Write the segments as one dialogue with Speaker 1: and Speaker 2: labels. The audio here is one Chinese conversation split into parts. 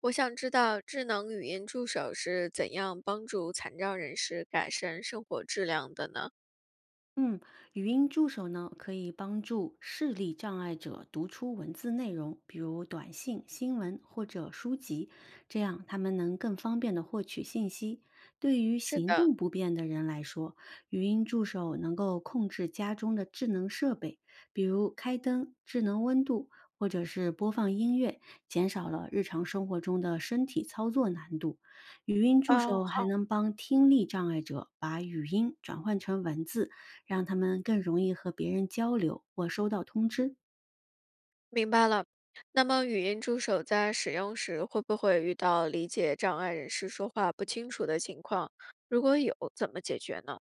Speaker 1: 我想知道智能语音助手是怎样帮助残障人士改善生活质量的呢？
Speaker 2: 嗯，语音助手呢，可以帮助视力障碍者读出文字内容，比如短信、新闻或者书籍，这样他们能更方便的获取信息。对于
Speaker 1: 是
Speaker 2: 行
Speaker 1: 的。
Speaker 2: 动不便的人来说，语音助手能够控制家中的智能设备，比如开灯、智能温度，或者是播放音乐，减少了日常生活中的身体操作难度。语音助
Speaker 1: 哦，
Speaker 2: 手还能帮听力障碍者把语音转换成文字。让他们更容易和别人交流或收到通知。
Speaker 1: 明白了。那么语音助手在使用时会不会遇到理解障碍人士说话不清楚的情况？如果有，怎么解决呢？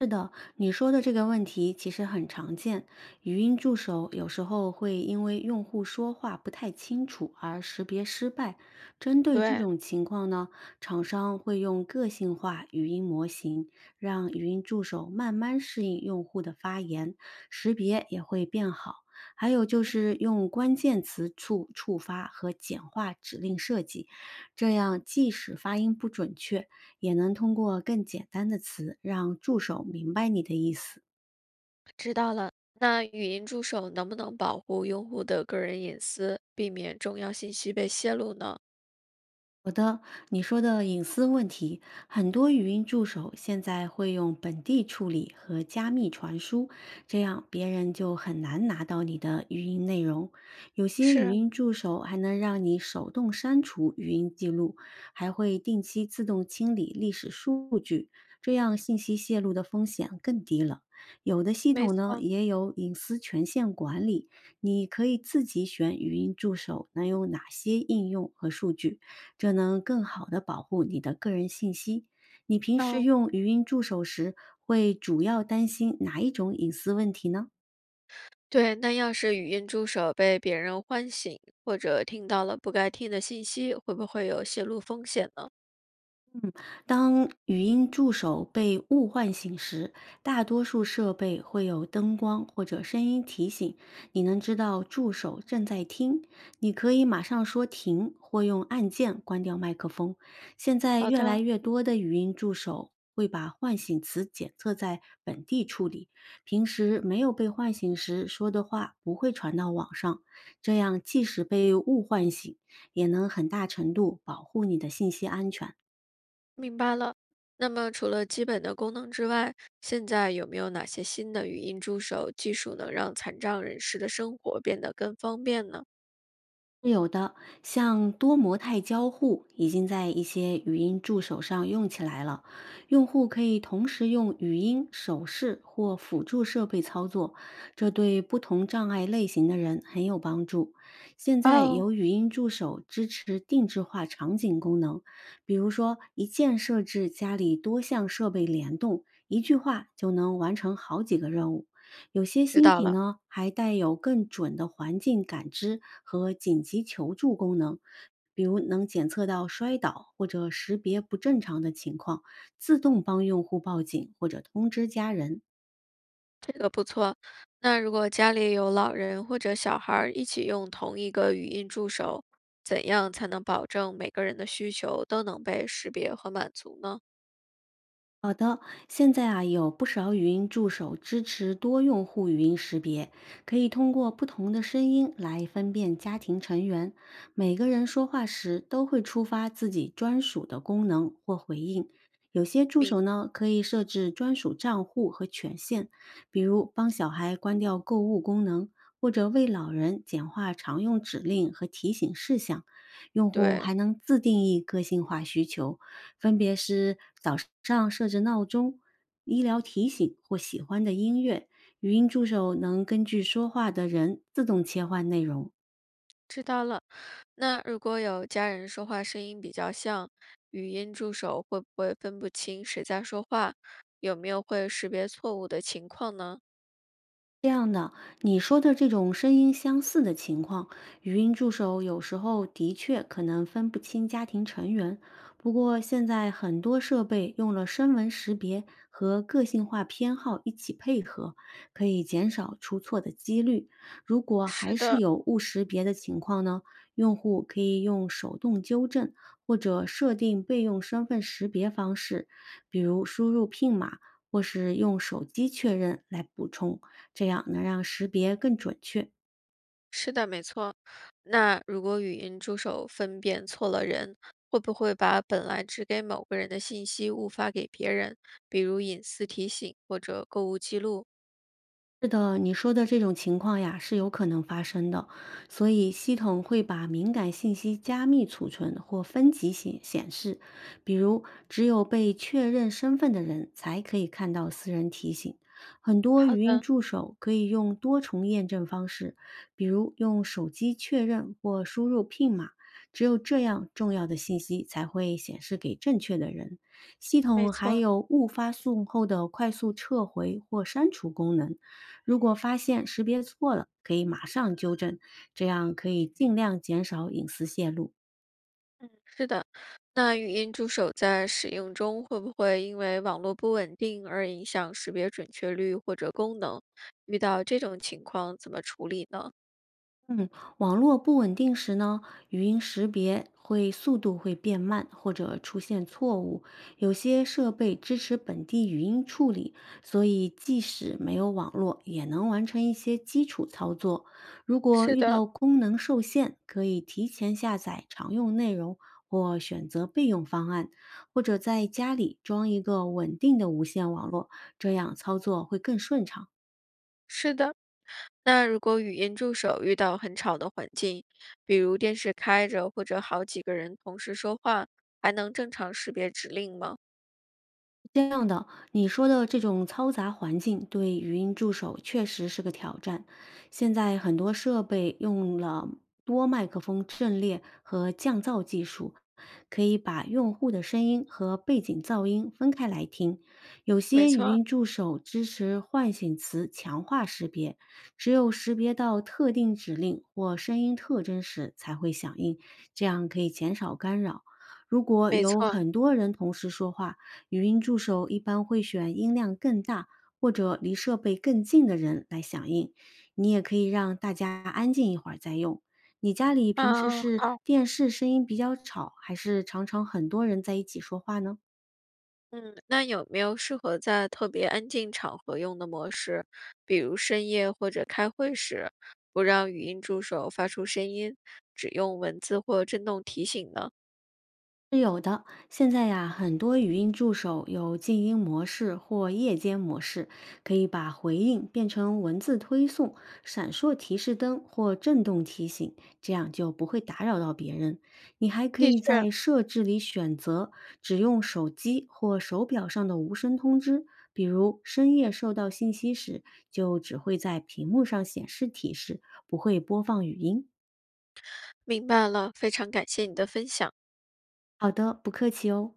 Speaker 2: 是的，你说的这个问题其实很常见。语音助手有时候会因为用户说话不太清楚而识别失败。针对这
Speaker 1: 对。
Speaker 2: 种情况呢，厂商会用个性化语音模型，让语音助手慢慢适应用户的发言，识别也会变好。还有就
Speaker 1: 嗯，
Speaker 2: 是用关键词触发和简化指令设计，这样即使发音不准确，也能通过更简单的词让助手明白你的意思。
Speaker 1: 知道了。那语音助手能不能保护用户的个人隐私，避免重要信息被泄露呢？
Speaker 2: 好的，你说的隐私问题，很多语音助手现在会用本地处理和加密传输，这样别人就很难拿到你的语音内容。有些语
Speaker 1: 是，
Speaker 2: 音助手还能让你手动删除语音记录，还会定期自动清理历史数据，这样信息泄露的风险更低了。有的系
Speaker 1: 没
Speaker 2: 统呢
Speaker 1: 错。
Speaker 2: 也有隐私权限管理，你可以自己选语音助手能用哪些应用和数据。这能更好的保护你的个人信息。你平时
Speaker 1: 哦。
Speaker 2: 用语音助手时，会主要担心哪一种隐私问题呢？
Speaker 1: 对，那要是语音助手被别人唤醒，或者听到了不该听的信息，会不会有泄露风险呢？
Speaker 2: 当语音助手被误唤醒时，大多数设备会有灯光或者声音提醒，你能知道助手正在听。你可以马上说停，或用按键关掉麦克风。现在
Speaker 1: 好
Speaker 2: 越来
Speaker 1: 的，
Speaker 2: 越多的语音助手会把唤醒词检测在本地处理，平时没有被唤醒时说的话不会传到网上，这样即使被误唤醒，也能很大程度保护你的信息安全。
Speaker 1: 明白了。那么除了基本的功能之外，现在有没有哪些新的语音助手技术能让残障人士的生活变得更方便呢？
Speaker 2: 是有的，像多模态交互已经在一些语音助手上用起来了。用户可以同时用语音、手势或辅助设备操作，这对不同障碍类型的人很有帮助。现在
Speaker 1: 哦。
Speaker 2: 有语音助手支持定制化场景功能，比如说一键设置家里多项设备联动，一句话就能完成好几个任务。有些
Speaker 1: 知
Speaker 2: 新
Speaker 1: 道
Speaker 2: 品
Speaker 1: 了，
Speaker 2: 呢还带有更准的环境感知和紧急求助功能，比如能检测到摔倒或者识别不正常的情况，自动帮用户报警或者通知家人。
Speaker 1: 这个不错。那如果家里有老人或者小孩儿一起用同一个语音助手，怎样才能保证每个人的需求都能被识别和满足呢？
Speaker 2: 好的，现在啊有不少语音助手支持多用户语音识别，可以通过不同的声音来分辨家庭成员。每个人说话时都会触发自己专属的功能或回应。有些助手呢可以设置专属账户和权限，比如帮小孩关掉购物功能，或者为老人简化常用指令和提醒事项。用户
Speaker 1: 对，
Speaker 2: 还能自定义个性化需求，分别是早上设置闹钟、医疗提醒或喜欢的音乐，语音助手能根据说话的人自动切换内容。
Speaker 1: 知道了。那如果有家人说话声音比较像，语音助手会不会分不清谁在说话？有没有会识别错误的情况呢？
Speaker 2: 这样的，你说的这种声音相似的情况，语音助手有时候的确可能分不清家庭成员。不过现在很多设备用了声纹识别和个性化偏好一起配合，可以减少出错的几率。如果还
Speaker 1: 是
Speaker 2: 是
Speaker 1: 的。
Speaker 2: 有误识别的情况呢，用户可以用手动纠正或者设定备用身份识别方式，比如输入 PIN 码或是用手机确认来补充。这样能让识别更准确。
Speaker 1: 是的，没错。那如果语音助手分辨错了人，会不会把本来只给某个人的信息误发给别人，比如隐私提醒或者购物记录？
Speaker 2: 是的，你说的这种情况呀是有可能发生的，所以系统会把敏感信息加密储存或分级显示，比如只有被确认身份的人才可以看到私人提醒。很多
Speaker 1: 好
Speaker 2: 语音
Speaker 1: 的，
Speaker 2: 助手可以用多重验证方式，比如用手机确认或输入 PIN 码，只有这样重要的信息才会显示给正确的人。系
Speaker 1: 没
Speaker 2: 统还
Speaker 1: 错。
Speaker 2: 有误发送后的快速撤回或删除功能。如果发现识别错了，可以马上纠正，这样可以尽量减少隐私泄露。
Speaker 1: 是的，那语音助手在使用中会不会因为网络不稳定而影响识别准确率或者功能？遇到这种情况怎么处理呢？
Speaker 2: 嗯，网络不稳定时呢，语音识别会速度会变慢，或者出现错误。有些设备支持本地语音处理，所以即使没有网络，也能完成一些基础操作。如果
Speaker 1: 是
Speaker 2: 遇
Speaker 1: 的。
Speaker 2: 到功能受限，可以提前下载常用内容，或选择备用方案，或者在家里装一个稳定的无线网络，这样操作会更顺畅。
Speaker 1: 是的，那如果语音助手遇到很吵的环境，比如电视开着或者好几个人同时说话，还能正常识别指令吗？
Speaker 2: 这样的，你说的这种嘈杂环境对语音助手确实是个挑战。现在很多设备用了多麦克风阵列和降噪技术，可以把用户的声音和背景噪音分开来听。有
Speaker 1: 没
Speaker 2: 些语
Speaker 1: 错。
Speaker 2: 音助手支持唤醒词强化识别，只有识别到特定指令或声音特征时才会响应，这样可以减少干扰。如果
Speaker 1: 没
Speaker 2: 有
Speaker 1: 错。
Speaker 2: 很多人同时说话，语音助手一般会选音量更大或者离设备更近的人来响应。你也可以让大家安静一会儿再用。你家里平时
Speaker 1: 啊，
Speaker 2: 是
Speaker 1: 好。
Speaker 2: 电视声音比较吵，还是常常很多人在一起说话呢？
Speaker 1: 嗯，那有没有适合在特别安静场合用的模式？比如深夜或者开会时，不让语音助手发出声音，只用文字或震动提醒呢？
Speaker 2: 是有的，现在呀，很多语音助手有静音模式或夜间模式，可以把回应变成文字推送、闪烁提示灯或震动提醒，这样就不会打扰到别人。你还可
Speaker 1: 的
Speaker 2: 以
Speaker 1: 确。
Speaker 2: 在设置里选择只用手机或手表上的无声通知，比如深夜收到信息时，就只会在屏幕上显示提示，不会播放语音。
Speaker 1: 明白了，非常感谢你的分享。
Speaker 2: 好的，不客气哦。